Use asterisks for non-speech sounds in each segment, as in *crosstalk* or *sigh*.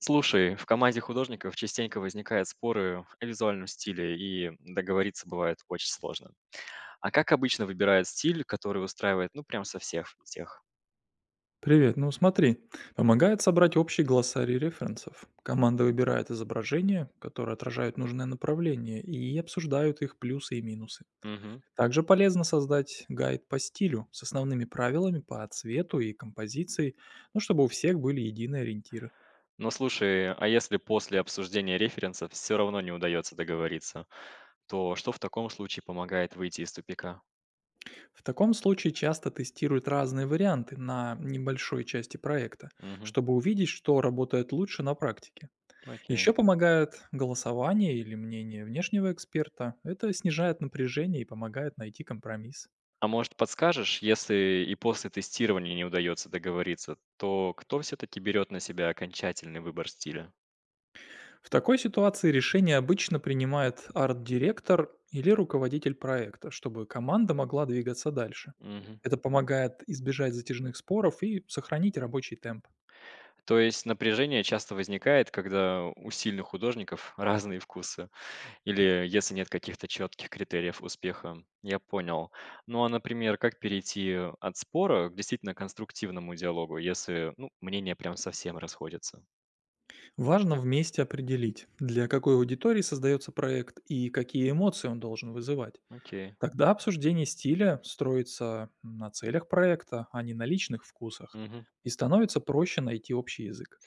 Слушай, в команде художников частенько возникают споры о визуальном стиле, и договориться бывает очень сложно. А как обычно выбирают стиль, который устраивает, ну, прям со всех? Привет, ну смотри, помогает собрать общий глоссарий референсов. Команда выбирает изображения, которые отражают нужное направление, и обсуждают их плюсы и минусы. Мгм. Также полезно создать гайд по стилю с основными правилами по цвету и композиции, ну, чтобы у всех были единые ориентиры. Ну, слушай, а если после обсуждения референсов все равно не удается договориться, то что в таком случае помогает выйти из тупика? В таком случае часто тестируют разные варианты на небольшой части проекта, Мгм. чтобы увидеть, что работает лучше на практике. Окей. Еще помогает голосование или мнение внешнего эксперта. Это снижает напряжение и помогает найти компромисс. А может, подскажешь, если и после тестирования не удается договориться, то кто все-таки берет на себя окончательный выбор стиля? В такой ситуации решение обычно принимает арт-директор или руководитель проекта, чтобы команда могла двигаться дальше. Мгм. Это помогает избежать затяжных споров и сохранить рабочий темп. То есть напряжение часто возникает, когда у сильных художников *laughs* разные вкусы, или если нет каких-то четких критериев успеха. Я понял. Ну а, например, как перейти от спора к действительно конструктивному диалогу, если ну, мнения прям совсем расходятся? Важно вместе определить, для какой аудитории создается проект и какие эмоции он должен вызывать. Окей. Тогда обсуждение стиля строится на целях проекта, а не на личных вкусах, Мгм. и становится проще найти общий язык.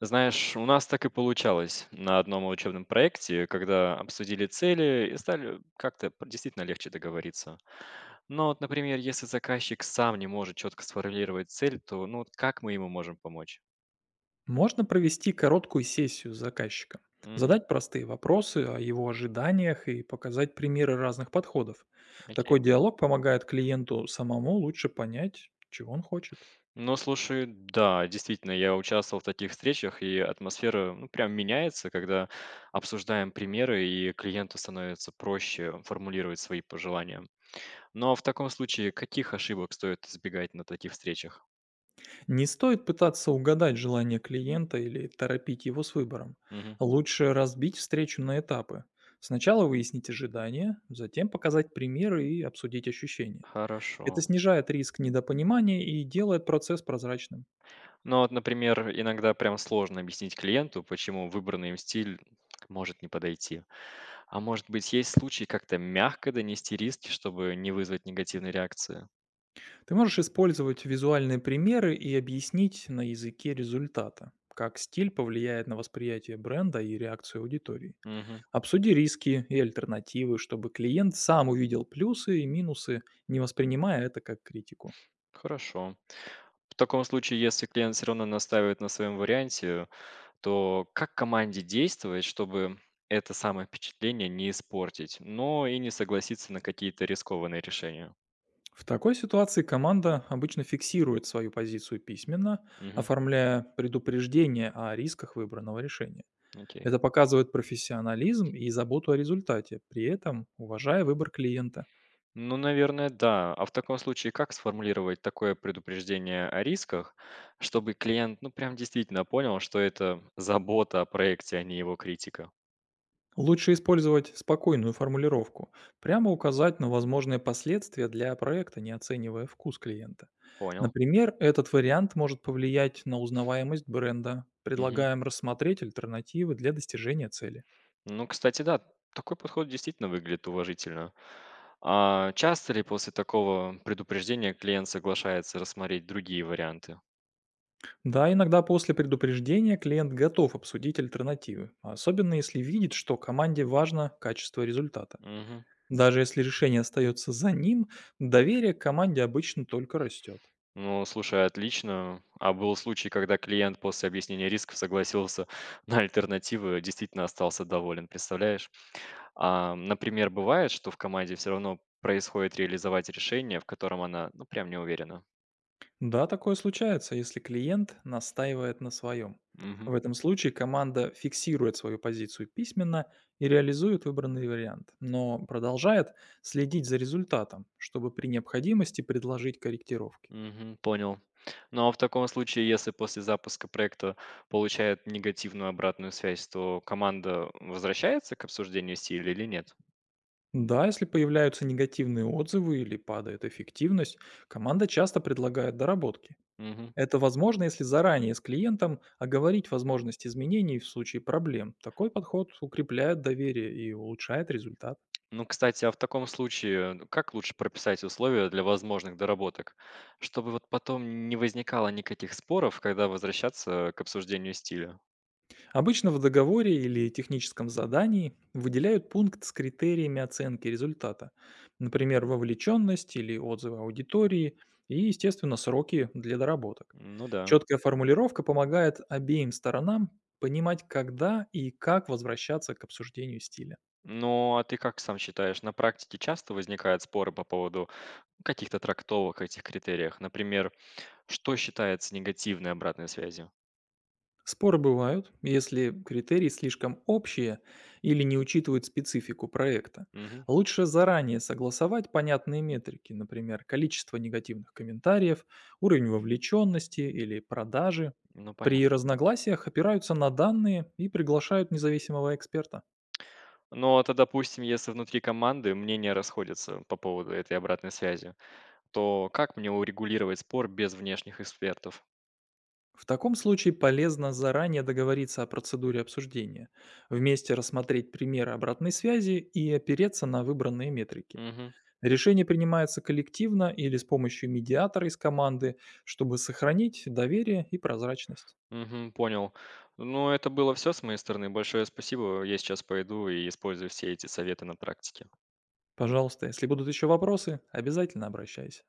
Знаешь, у нас так и получалось на одном учебном проекте, когда обсудили цели и стали как-то действительно легче договориться. Но вот, например, если заказчик сам не может четко сформулировать цель, то ну вот как мы ему можем помочь? Можно провести короткую сессию с заказчиком, Мгм. задать простые вопросы о его ожиданиях и показать примеры разных подходов. Такой Окей. диалог помогает клиенту самому лучше понять, чего он хочет. Ну, слушай, да, действительно, я участвовал в таких встречах, и атмосфера ну, прям меняется, когда обсуждаем примеры, и клиенту становится проще формулировать свои пожелания. Но в таком случае, каких ошибок стоит избегать на таких встречах? Не стоит пытаться угадать желание клиента или торопить его с выбором. Лучше разбить встречу на этапы. Сначала выяснить ожидания, затем показать примеры и обсудить ощущения. Это Хорошо. снижает риск недопонимания и делает процесс прозрачным. Ну вот, например, иногда прям сложно объяснить клиенту, почему выбранный им стиль может не подойти. А может быть, есть случаи как-то мягко донести риски, чтобы не вызвать негативной реакции? Ты можешь использовать визуальные примеры и объяснить на языке результата, как стиль повлияет на восприятие бренда и реакцию аудитории. Мгм. Обсуди риски и альтернативы, чтобы клиент сам увидел плюсы и минусы, не воспринимая это как критику. Хорошо. В таком случае, если клиент все равно настаивает на своем варианте, то как команде действовать, чтобы это самое впечатление не испортить, но и не согласиться на какие-то рискованные решения? В такой ситуации команда обычно фиксирует свою позицию письменно, Мгм. оформляя предупреждение о рисках выбранного решения. Окей. Это показывает профессионализм и заботу о результате, при этом уважая выбор клиента. Ну, наверное, да. А в таком случае, как сформулировать такое предупреждение о рисках, чтобы клиент, ну, прям действительно понял, что это забота о проекте, а не его критика? Лучше использовать спокойную формулировку, прямо указать на возможные последствия для проекта, не оценивая вкус клиента. Понял. Например, этот вариант может повлиять на узнаваемость бренда. Мгм. Предлагаем рассмотреть альтернативы для достижения цели. Ну, кстати, да, такой подход действительно выглядит уважительно. А часто ли после такого предупреждения клиент соглашается рассмотреть другие варианты? Да, иногда после предупреждения клиент готов обсудить альтернативы, особенно если видит, что команде важно качество результата. Мгм. Даже если решение остается за ним, доверие к команде обычно только растет. Ну, слушай, отлично. А был случай, когда клиент после объяснения рисков согласился *laughs* на альтернативы, действительно остался доволен, представляешь? А, например, бывает, что в команде все равно происходит реализовать решение, в котором она, ну, прям не уверена. Да, такое случается, если клиент настаивает на своем. В Мгм. этом случае команда фиксирует свою позицию письменно и реализует выбранный вариант, но продолжает следить за результатом, чтобы при необходимости предложить корректировки. Мгм. Понял. Ну а в таком случае, если после запуска проекта получает негативную обратную связь, то команда возвращается к обсуждению стиля или нет? Да, если появляются негативные отзывы или падает эффективность, команда часто предлагает доработки. Мгм. Это возможно, если заранее с клиентом оговорить возможность изменений в случае проблем. Такой подход укрепляет доверие и улучшает результат. Ну, кстати, а в таком случае, ну, как лучше прописать условия для возможных доработок, чтобы вот потом не возникало никаких споров, когда возвращаться к обсуждению стиля? Обычно в договоре или техническом задании выделяют пункт с критериями оценки результата, например, вовлеченность или отзывы аудитории и, естественно, сроки для доработок. Ну да. Четкая формулировка помогает обеим сторонам понимать, когда и как возвращаться к обсуждению стиля. Ну, а ты как сам считаешь, на практике часто возникают споры по поводу каких-то трактовок этих критериях? Например, что считается негативной обратной связью? Споры бывают, если критерии слишком общие или не учитывают специфику проекта. Мгм. Лучше заранее согласовать понятные метрики, например, количество негативных комментариев, уровень вовлеченности или продажи. Ну, При понятно. разногласиях опираются на данные и приглашают независимого эксперта. Но это, допустим, если внутри команды мнения расходятся по поводу этой обратной связи, то как мне урегулировать спор без внешних экспертов? В таком случае полезно заранее договориться о процедуре обсуждения, вместе рассмотреть примеры обратной связи и опереться на выбранные метрики. Угу. Решение принимается коллективно или с помощью медиатора из команды, чтобы сохранить доверие и прозрачность. Угу, понял. Ну, это было все с моей стороны. Большое спасибо. Я сейчас пойду и использую все эти советы на практике. Пожалуйста, если будут еще вопросы, обязательно обращайся.